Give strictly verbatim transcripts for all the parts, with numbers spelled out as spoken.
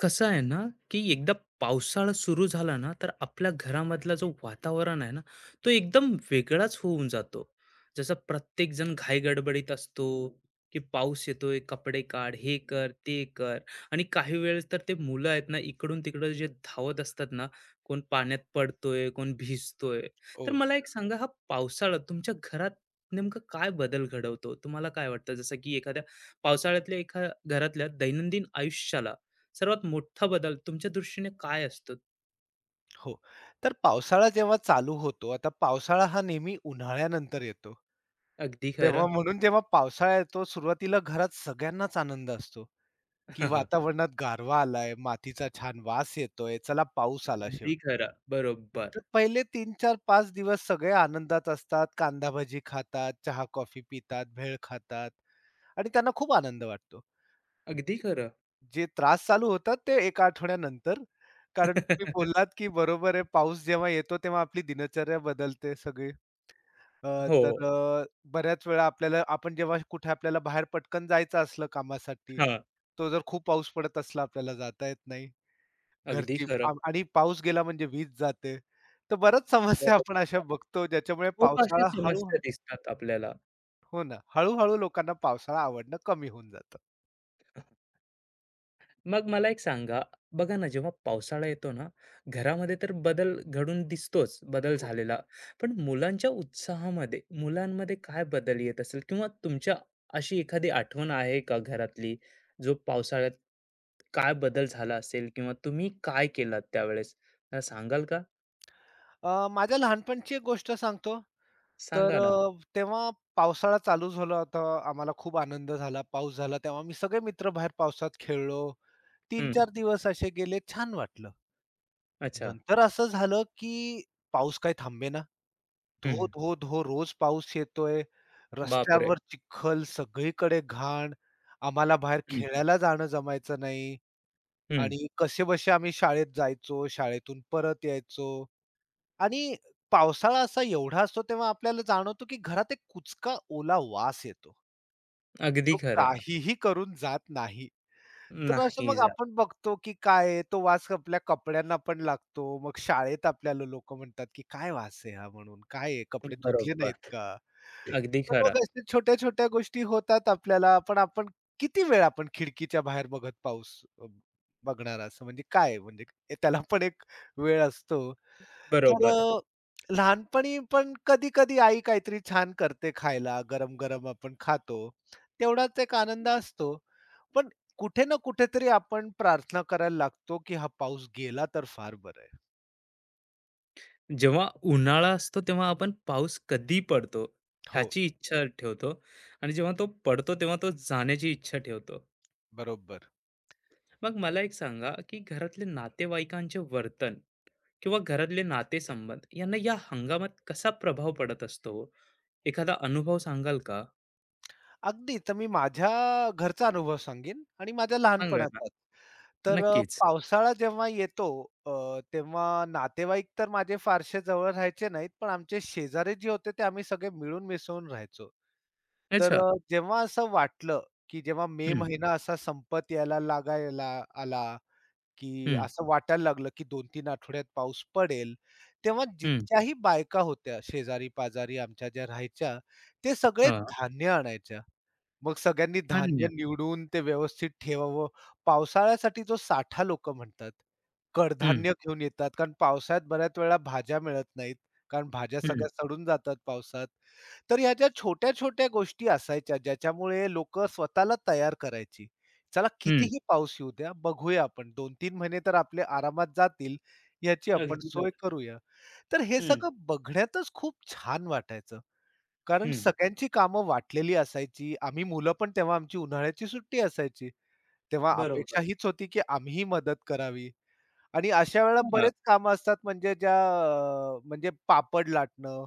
कसं आहे ना, की एकदा पावसाळा सुरू झाला ना, तर आपल्या घरामधला जो वातावरण आहे ना, तो एकदम वेगळाच होऊन जातो. जसं प्रत्येकजण घाईगडबडीत असतो, की पाऊस येतोय, कपडे काढ, हे कर, ते कर आणि काही वेळेस तर ते मुलं आहेत ना, इकडून-तिकडं जे धावत असतात ना, कोण पाण्यात पडतोय, कोण भिजतोय. तर हो, मला एक सांगा, हा पावसाळा तुमच्या घरात नेमकं काय बदल घडवतो? तुम्हाला काय वाटतं? जसं की एखाद्या पावसाळ्यातल्या एका घरातल्या दैनंदिन आयुष्याला सर्वात मोठा बदल तुमच्या दृष्टीने काय असतो? हो. तर पावसाळा जेव्हा चालू होतो, आता पावसाळा हा नेहमी उन्हाळ्यानंतर येतो. अगदी तेव्हा खरं. म्हणून जेव्हा पावसाळा येतो सुरुवातीला घरात सगळ्यांनाच आनंद असतो, की वातावरणात गारवा आलाय, मातीचा छान वास येतोय, चला पाऊस आला अगदी शेवट. खरं. तर बरोबर. पहिले तीन, चार, पाच दिवस सगळे आनंदात असतात. कांदा भजी खातात, चहा, कॉफी पितात, भेळ खातात आणि त्यांना खूप आनंद वाटतो. अगदी खरं. जे त्रास चालू होतात ते एक आठवड्यानंतर. कारण तुम्ही बोललात, की बरोबर आहे पाऊस जेव्हा येतो तेव्हा आपली दिनचर्या बदलते सगळी. अ, हो. तर अ, बऱ्याच वेळा आपल्याला आपण जेव्हा कुठे आपल्याला बाहेर पटकन जायचं असलं कामासाठी, हां. तो जर खूप पाऊस पडत असला आपल्याला जाता येत नाही. अगदी घरची खरं. आ आणि पाऊस गेला म्हणजे वीज जाते. तर बऱ्याच समस्या बरोबर. आपण अशा बघतो ज्याच्यामुळे खूप अशा पावसाळा हळू, समस्या दिसतात आपल्याला. हो ना, हळू लोकांना पावसाळा आवडणं कमी होऊन जातं. मग मला एक सांगा, बघा ना, जेव्हा पावसाळा येतो ना, घरामध्ये तर बदल घडून दिसतोच, बदल हो. झालेला. पण मुलांच्या उत्साहामध्ये, मुलांमध्ये काय बदल येत असेल? किंवा तुमच्या अशी एखादी आठवण आहे का घरातली, जो पावसाळ्यात काय बदल झाला असेल किंवा तुम्ही काय केलात त्यावेळेस? मला सांगाल का? अ, माझ्या लहानपणची एक गोष्ट सांगतो. सांगा तर अ, ना. तेव्हा पावसाळा चालू झाला होता. आम्हाला खूप आनंद झाला. पाऊस झाला तेव्हा आम्ही सगळे मित्र बाहेर पावसात खेळलो. हं, तीन-चार दिवस असे गेले. छान वाटलं. अच्छा. नंतर असं झालं, की पाऊस काही थांबेना. धो, हं. धो, धो रोज पाऊस येतोय. बापरे! रस्त्यांवर चिखल, सगळीकडे घाण. आम्हाला बाहेर हं, खेळायला जाणं जमायचं नाही हं. आणि कसेबसे आम्ही शाळेत जायचो. शाळेतून परत यायचो. आणि पावसाळा असा एवढा असतो तेव्हा आपल्याला जाणवतो, की घरात एक कुचका ओला वास येतो. अगदी तो खरं. काहीही करून जात नाही. तर असं नाही मग जात. आपण बघतो, की काय आहे तो वास आपल्या कपड्यांना पण लागतो. मग शाळेत आपल्याला लोकं म्हणतात, की "काय वास आहे हा?" म्हणून. "काय आहे कपडे धुतले नाहीत बरोबर. का?" अगदी तर मग खरं. अशा छोट्या-छोट्या गोष्टी होतात आपल्याला. पण आपण किती वेळ आपण खिडकीच्या बाहेर बघत पाऊस अ, बघणार, असं म्हणजे काय आहे, म्हणजे ए- त्याला पण एक वेळ असतो. तर बरोबर. अ, लहानपणी पण कधी-कधी आई काहीतरी छान करते खायला, गरम-गरम आपण खातो. तेवढाच एक आनंद असतो. पण कुठे ना कुठेतरी आपण प्रार्थना करायला लागतो, की हा पाऊस गेला तर फार बरं आहे. जेव्हा उन्हाळा असतो तेव्हा आपण पाऊस कधी पडतो हो, ह्याची इच्छा ठेवतो आणि जेव्हा तो पडतो तेव्हा तो जाण्याची इच्छा ठेवतो. बरोबर. मग मला एक सांगा की घरातले नातेवाईकांचे वर्तन किंवा घरातले नातेसंबंध यांना या हंगामात कसा प्रभाव पडत असतो हो? एखादा अनुभव सांगाल का? अगदी. तर मी माझ्या घरचा अनुभव सांगेन आणि माझ्या सांगा ना. लहानपणाचा. तर अ, नक्कीच. पावसाळा जेव्हा येतो अ, तेव्हा नातेवाईक तर माझे फारसे जवळ राहायचे नाहीत, पण आमचे शेजारी जे होते ते आम्ही सगळे मिळून मिसळून राहायचो. तर अच्छा. अ, जेव्हा असं वाटलं, की जेव्हा मे हम्म. महिना असा संपत यायला लागायला आला, की हम्म. असं वाटायला लागलं, की दोन ते तीन आठवड्यात पाऊस पडेल. तेव्हा हम्म. जितक्याही बायका होत्या शेजारी-पाजारी आमच्या ज्या राहायच्या, ते सगळे हा. धान्य आणायच्या. मग सगळ्यांनी धान्य अन्य. निवडून ते व्यवस्थित ठेवावं. पावसाळ्यासाठी जो साठा लोकं म्हणतात, हम्म. कडधान्य घेऊन येतात. कारण पावसाळ्यात बऱ्याच वेळा भाज्या मिळत नाहीत. कारण भाज्या हम्म. सगळ्या सडून जातात पावसात. तर ह्या ज्या छोट्या-छोट्या गोष्टी असायच्या ज्याच्यामुळे लोकं स्वतःला तयार करायची. चला हम्म. कितीही पाऊस येऊ द्या, बघूया आपण दोन ते तीन महिने तर आपले आरामात जातील, याची आपण अगदी खरं. सोय करूया. तर हे हम्म. सगळं बघण्यातच खूप छान वाटायचं. कारण हम्म. सगळ्यांची कामं वाटलेली असायची. आम्ही मुलं पण तेव्हा आमची उन्हाळ्याची सुट्टी असायची. तेव्हा बरोबर. अपेक्षा हीच होती, की आम्हीही मदत करावी आणि अशा वेळेला हा, बरेच कामं असतात, म्हणजे ज्या अ, म्हणजे पापड लाटणं,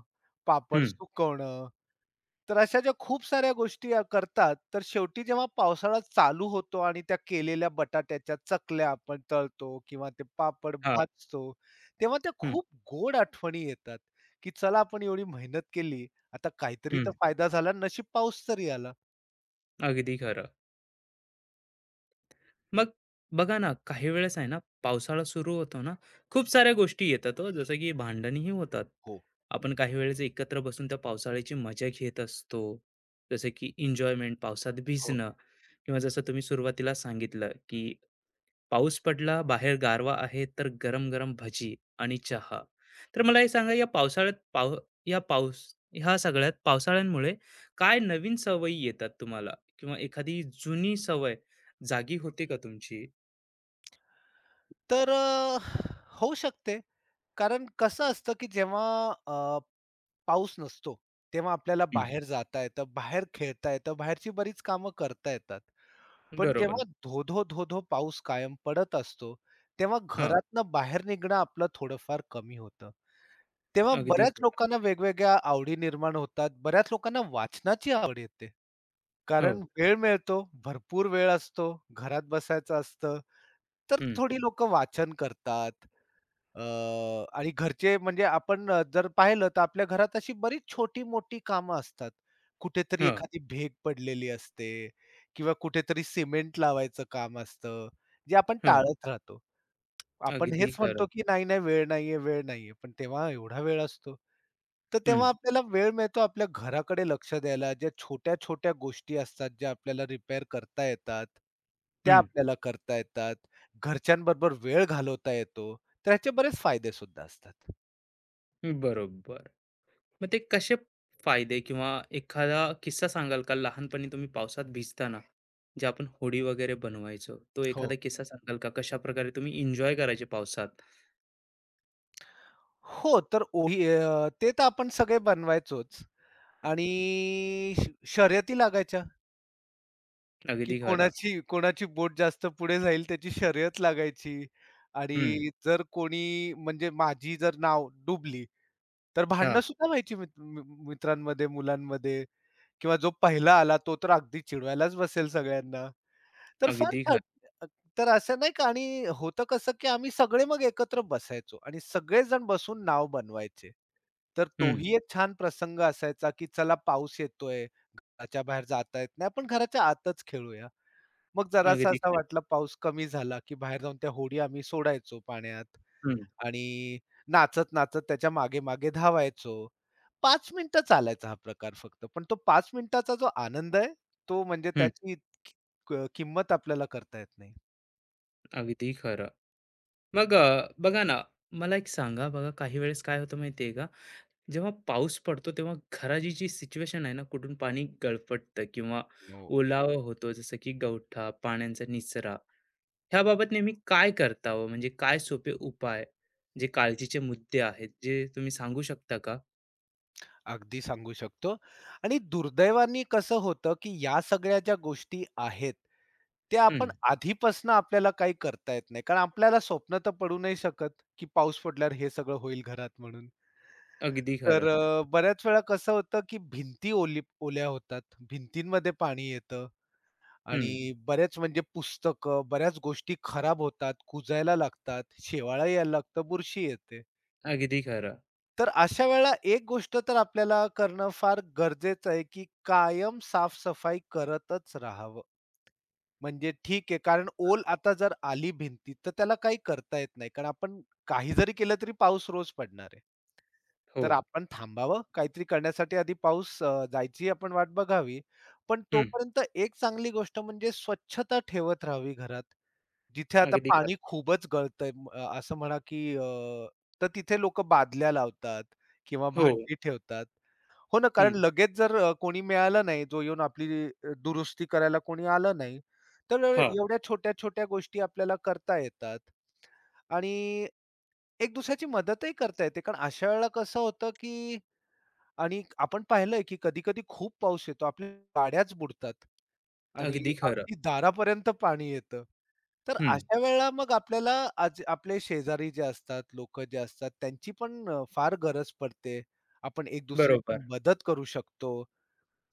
पापड हम्म. सुकवणं, तर अशा ज्या खूप साऱ्या गोष्टी अ, करतात, तर शेवटी जेव्हा पावसाळा चालू होतो आणि त्या केलेल्या बटाट्याच्या चकल्या आपण तळतो किंवा ते पापड हा. भाजतो, तेव्हा त्या हम्म. खूप गोड आठवणी येतात, की चला आपण एवढी मेहनत केली, आता काहीतरी तर हम्म. फायदा झाला, नशीब पाऊस तरी आला. अगदी खरं. मग बघा ना, काही वेळेस आहे ना, पावसाळा सुरू होतो ना, खूप साऱ्या गोष्टी येतात हो, जसं की भांडणही होतात. हो, आपण काही वेळेस एकत्र बसून त्या पावसाळ्याची मजा घेत असतो. जसं की एन्जॉयमेंट, पावसात हो, भिजणं किंवा जसं तुम्ही सुरुवातीला सांगितलं, की पाऊस पडला, बाहेर गारवा आहे, तर गरम-गरम भजी आणि हो. चहा. तर मला हे सांगा, या पावसाळ्यात पाव या पाऊस ह्या सगळ्यात पावसाळ्यांमुळे काय नवीन सवयी येतात तुम्हाला? किंवा एखादी जुनी सवय जागी होते का तुमची? तर अ, होऊ शकते. कारण कसं असतं, की जेव्हा अ, पाऊस नसतो, तेव्हा आपल्याला हं, बाहेर जाता येतं, बाहेर खेळता येतं, बाहेरची बरीच कामं करता येतात. पण बरोबर. जेव्हा धोधो धोधो धो-धो पाऊस कायम पडत असतो, तेव्हा हां, घरातनं बाहेर निघणं आपलं थोडंफार कमी होतं. तेव्हा अगदी बऱ्याच खरं. लोकांना वेगवेगळ्या आवडी निर्माण होतात. बऱ्याच लोकांना वाचनाची आवड येते. हो. कारण वेळ मिळतो, भरपूर वेळ असतो, घरात बसायचं असतं. तर हं, थोडी लोकं वाचन करतात. अ, आणि घरचे, म्हणजे आपण अ, जर पाहिलं तर आपल्या घरात अशी बरीच छोटी-मोठी कामं असतात. कुठेतरी हां, एखादी भेग पडलेली असते किंवा कुठेतरी सिमेंट लावायचं काम असतं, जे आपण हां. टाळत राहतो. आपण हेच अगदी खरं. म्हणतो, की नाही, नाही वेळ नाहीये, वेळ नाहीये. पण तेव्हा एवढा वेळ असतो. तर हं, तेव्हा आपल्याला वेळ मिळतो आपल्या घराकडे लक्ष द्यायला. ज्या छोट्या-छोट्या गोष्टी असतात, ज्या आपल्याला रिपेअर करता येतात, त्या हं. आपल्याला करता येतात. घरच्यांबरोबर वेळ घालवता येतो. तर ह्याचे बरेच फायदे सुद्धा असतात. बरोबर. मग ते कसे फायदे किंवा एखादा किस्सा सांगाल का लहानपणी तुम्ही पावसात भिजताना, जे आपण होडी वगैरे बनवायचो, तो हो. एखादा किस्सा सांगाल का? कशाप्रकारे तुम्ही एन्जॉय करायचे पावसात? हो, तर ओही अ, ते तर आपण सगळे बनवायचोच हं, आणि श शर्यती लागायच्या. की अगदी खरं. कोणाची कोणाची बोट जास्त पुढे जाईल त्याची शर्यत लागायची हं, आणि जर कोणी, म्हणजे माझी जर नाव डुबली, तर भांडणं हां, सुद्धा व्हायची मित मि मित्रांमध्ये, मुलांमध्ये, किंवा जो पहिला आला तो तर अगदी चिडवायलाच बसेल सगळ्यांना. तर फार अगदी छान. खरं. तर असं नाही का, आणि होतं कसं, की आम्ही सगळे मग एकत्र बसायचो आणि सगळेजण बसून नाव बनवायचे. तर हं, तोही एक छान प्रसंग असायचा, की चला पाऊस येतोय, घराच्या बाहेर जाता येत नाही, आपण घराच्या आतच खेळूया. मग जरासा अगदी असा खरं. वाटला पाऊस कमी झाला, की बाहेर जाऊन त्या होडी आम्ही सोडायचो पाण्यात हं, आणि नाचत-नाचत त्याच्या मागे-मागे धावायचो. पाच मिनिटं चालायचा हा प्रकार फक्त. पण तो पाच मिनिटाचा जो आनंद आहे, तो म्हणजे हं, त्याची कि क किंमत आपल्याला करता येत नाही. अगदी खरं. मग अ, बघा ना, मला एक सांगा बघा काही वेळेस काय होतं माहिती का? जेव्हा पाऊस पडतो तेव्हा घराची जी सिच्युएशन आहे ना कुठून पाणी गळफटतं किंवा हो. ओलावा होतो जसं की गवठा पाण्याचा निचरा ह्या बाबत नेहमी काय करतावं म्हणजे काय सोपे उपाय जे काळजीचे मुद्दे आहेत जे तुम्ही सांगू शकता का? अगदी सांगू शकतो आणि दुर्दैवाने कसं होतं, की या सगळ्या ज्या गोष्टी आहेत, त्या आपण हम्म. आधीपासनं आपल्याला काही करता येत नाही. कारण आपल्याला स्वप्न तर पडू नाही शकत, की पाऊस पडल्यावर हे सगळं होईल घरात म्हणून. अगदी तर खरं. अ, बऱ्याच वेळा कसं होतं, की भिंती ओली ओल्या होतात, भिंतींमध्ये पाणी येतं हम्म. आणि बऱ्याच, म्हणजे पुस्तकं, बऱ्याच गोष्टी खराब होतात, कुजायला लागतात, शेवाळा यायला लागतं, बुरशी येते. अगदी खरं. तर अशा वेळेला एक गोष्ट तर आपल्याला करणं फार गरजेचं आहे, की कायम साफ-सफाई करतच राहावं. म्हणजे ठीक आहे, कारण ओल आता जर आली भिंतीत, तर त्याला काही करता येत नाही. कारण आपण काही जरी केलं तरी पाऊस रोज पडणार आहे. हो. तर आपण थांबावं, काहीतरी करण्यासाठी आधी पाऊस अ, जायची आपण वाट बघावी. पण हम्म. तोपर्यंत एक चांगली गोष्ट, म्हणजे स्वच्छता ठेवत राहावी घरात. जिथे आता अगदी पाणी खरं. खूपच गळतंय, म- अ, असं म्हणा, की अ, तर तिथे लोक बादल्या लावतात किंवा हो. भांडी ठेवतात. हो ना, कारण हम्म. लगेच जर अ, कोणी मिळालं नाही, जो येऊन आपली अ, दुरुस्ती करायला कोणी आलं नाही, तर अ, हा. एवढ्या छोट्या-छोट्या गोष्टी आपल्याला करता येतात आणि एक दुसऱ्याची मदतही करता येते. कारण अशा वेळेला कसं होतं, की आणि आपण पाहिलंय, की कधी-कधी खूप पाऊस येतो. आपल्या गाड्याच बुडतात आणि अगदी खरं. अगदी दारापर्यंत पाणी येतं. तर हम्म. अशा वेळेला मग आपल्याला आज आपले शेजारी जे असतात, लोकं जे असतात, त्यांची पण अ, फार गरज पडते. आपण एक बरोबर. दुसऱ्याची मदत करू शकतो.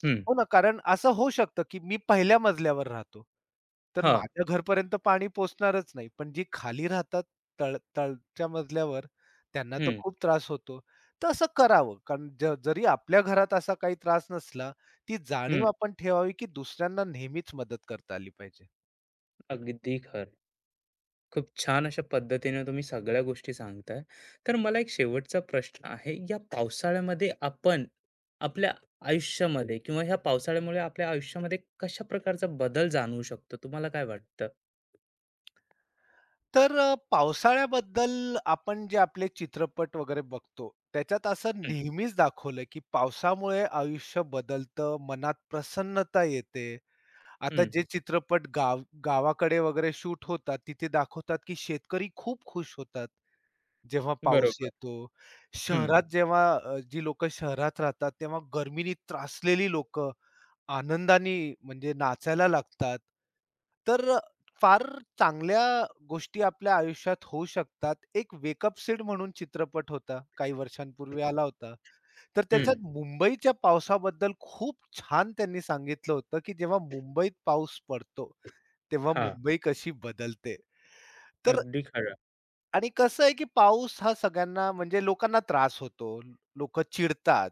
हम्म. हो ना, कारण असं होऊ शकतं, की मी पहिल्या मजल्यावर राहतो. तर हा. माझ्या घरपर्यंत पाणी पोहोचणारच नाही. पण जी खाली राहतात तळ तळच्या मजल्यावर, त्यांना तो हम्म. खूप त्रास होतो. तर असं करावं, कारण ज जरी आपल्या घरात असा काही त्रास नसला, ती जाणीव हम्म. आपण ठेवावी, की दुसऱ्यांना नेहमीच मदत करता आली पाहिजे. अगदी खरं. खूप छान अशा पद्धतीने तुम्ही सगळ्या गोष्टी सांगताय. तर मला एक शेवटचा प्रश्न आहे, या पावसाळ्यामध्ये आपण आपल्या आयुष्यामध्ये किंवा ह्या पावसाळ्यामुळे आपल्या आयुष्यामध्ये कशा प्रकारचा बदल जाणवू शकतो? तुम्हाला काय वाटतं? तर अ, पावसाळ्याबद्दल आपण जे आपले चित्रपट वगैरे बघतो, त्याच्यात असं हं, नेहमीच दाखवलंय, की पावसामुळे आयुष्य बदलतं, मनात प्रसन्नता येते. आता हं. जे चित्रपट गाव गावाकडे वगैरे शूट होतात, तिथे दाखवतात, की शेतकरी खूप खुश होतात, जेव्हा पाऊस बरोबर. येतो. हं, शहरात जेव्हा अ, जी लोक शहरात राहतात, तेव्हा गरमीने त्रासलेली लोक आनंदाने, म्हणजे नाचायला लागतात. तर अ, फार चांगल्या गोष्टी आपल्या आयुष्यात होऊ शकतात. एक वेकअप सीड म्हणून चित्रपट होता, काही वर्षांपूर्वी आला होता. तर हं. त्याच्यात मुंबईच्या पावसाबद्दल खूप छान त्यांनी सांगितलं होतं, की जेव्हा मुंबईत पाऊस पडतो, तेव्हा हां, मुंबई कशी बदलते. तर अगदी खरं. आणि कसं आहे, की पाऊस हा सगळ्यांना, म्हणजे लोकांना त्रास होतो. लोकं चिडतात,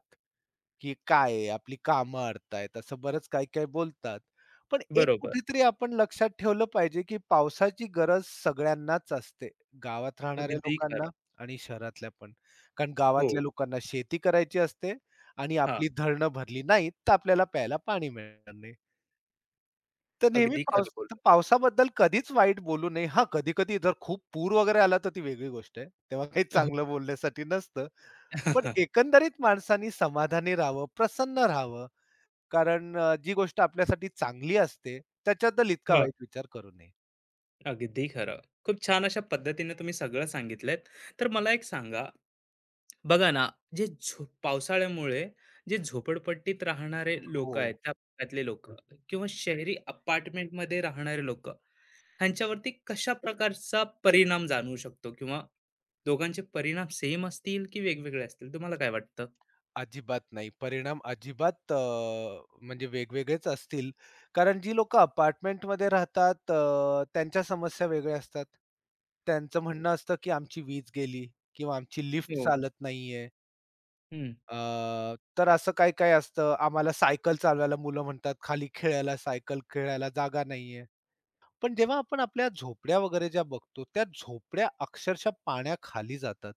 की काय आहे आपली कामं अडतायत, असं बरंच काही-काही बोलतात. पण एक बरोबर. कुठेतरी आपण लक्षात ठेवलं पाहिजे, की पावसाची गरज सगळ्यांनाच असते. गावात राहणाऱ्या अगदी लोकांना खरं. आणि शहरातल्या पण. कारण हो. गावातल्या लोकांना शेती करायची असते आणि हां, आपली धरणं भरली नाहीत, तर आपल्याला प्यायला पाणी मिळणार नाही. तर नेहमी अगदी पावस खरं तर बोललात. पावसाबद्दल कधीच वाईट बोलू नये. हां, कधी-कधी जर खूप पूर वगैरे आला तर ती वेगळी गोष्ट आहे. तेव्हा काही हो. चांगलं बोलण्यासाठी नसतं. पण एकंदरीत माणसानी समाधानी राहावं, प्रसन्न राहावं. कारण अ, जी गोष्ट आपल्यासाठी चांगली असते त्याच्याबद्दल इतका हां, वाईट विचार करू नये. अगदी खरं. खूप छान अशा पद्धतीने तुम्ही सगळं सांगितलंत. तर मला एक सांगा बघा ना, जे झो पावसाळ्यामुळे जे झोपडपट्टीत राहणारे हो. लोकं आहेत, त्या भागातले लोकं किंवा शहरी अपार्टमेंटमध्ये राहणारे लोकं, ह्यांच्यावरती कशा प्रकारचा परिणाम जाणवू शकतो? किंवा दोघांचे परिणाम सेम असतील की वेगवेगळे असतील? तुम्हाला काय वाटतं? अजिबात नाही. परिणाम अजिबात अ, म्हणजे वेगवेगळेच असतील. कारण जी लोकं अपार्टमेंटमध्ये राहतात अ, त्यांच्या समस्या वेगळ्या असतात. त्यांचं म्हणणं असतं, की आमची वीज गेली किंवा आमची लिफ्ट हो. चालत नाहीये. हं. अ, तर असं काही-काही असतं. आम्हाला सायकल चालवायला मुलं म्हणतात, खाली खेळायला सायकल खेळायला जागा नाहीये. पण जेव्हा आपण आपल्या झोपड्या वगैरे ज्या बघतो, त्या झोपड्या अक्षरशः पाण्याखाली जातात.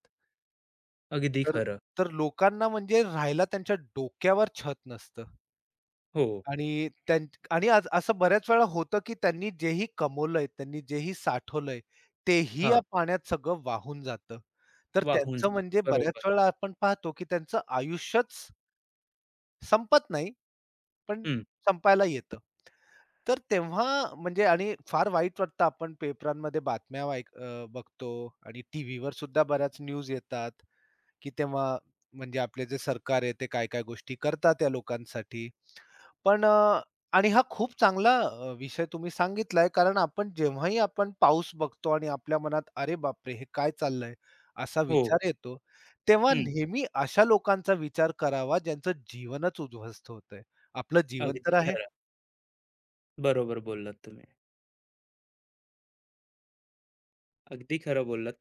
अगदी तर खरं. तर लोकांना, म्हणजे राहायला त्यांच्या डोक्यावर छत नसतं. हो. आणि त्यां आणि आज असं बऱ्याच वेळा होतं, की त्यांनी जेही कमवलंय, त्यांनी जेही साठवलंय, तेही या हां. पाण्यात सगळं वाहून जातं. तर वाहून त्यांचं, म्हणजे जातं. बरोबर. बऱ्याच वेळा आपण पाहतो, की त्यांचं आयुष्यच संपत नाही, पण हं. संपायला येतं. तर तेव्हा, म्हणजे आणि फार वाईट वाटतं, आपण पेपरांमध्ये बातम्या ऐक अ, बघतो आणि टीव्हीवर सुद्धा बऱ्याच न्यूज येतात, की तेव्हा, म्हणजे आपले जे सरकार आहे, ते काय-काय गोष्टी करतात त्या लोकांसाठी. पण अ, आणि हा खूप चांगला अ, विषय तुम्ही सांगितलाय, कारण आपण जेव्हाही आपण पाऊस बघतो आणि आपल्या मनात "अरे बापरे! हे काय चाललंय?" असा हो. विचार येतो, तेव्हा हं. नेहमी अशा लोकांचा विचार करावा ज्यांचं जीवनच उद्ध्वस्त होतंय. आपलं जीवन अगदी तर नक्कीच. आहे. खरं. बरोबर बोललात तुम्ही. अगदी खरं बोललात.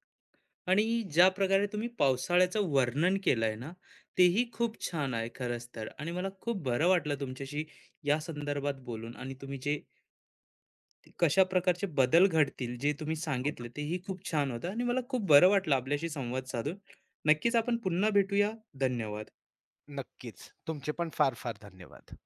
आणि ज्या प्रकारे तुम्ही पावसाळ्याचं वर्णन केलंय ना, तेही खूप छान आहे खरंच तर. आणि मला खूप बरं वाटलं तुमच्याशी या संदर्भात बोलून आणि तुम्ही जे कशा प्रकारचे बदल घडतील, जे तुम्ही हो ना. सांगितले तेही खूप छान होतं आणि मला खूप बरं वाटलं आपल्याशी संवाद साधून. नक्कीच आपण पुन्हा भेटूया. धन्यवाद. नक्कीच. तुमचे पण फार-फार धन्यवाद.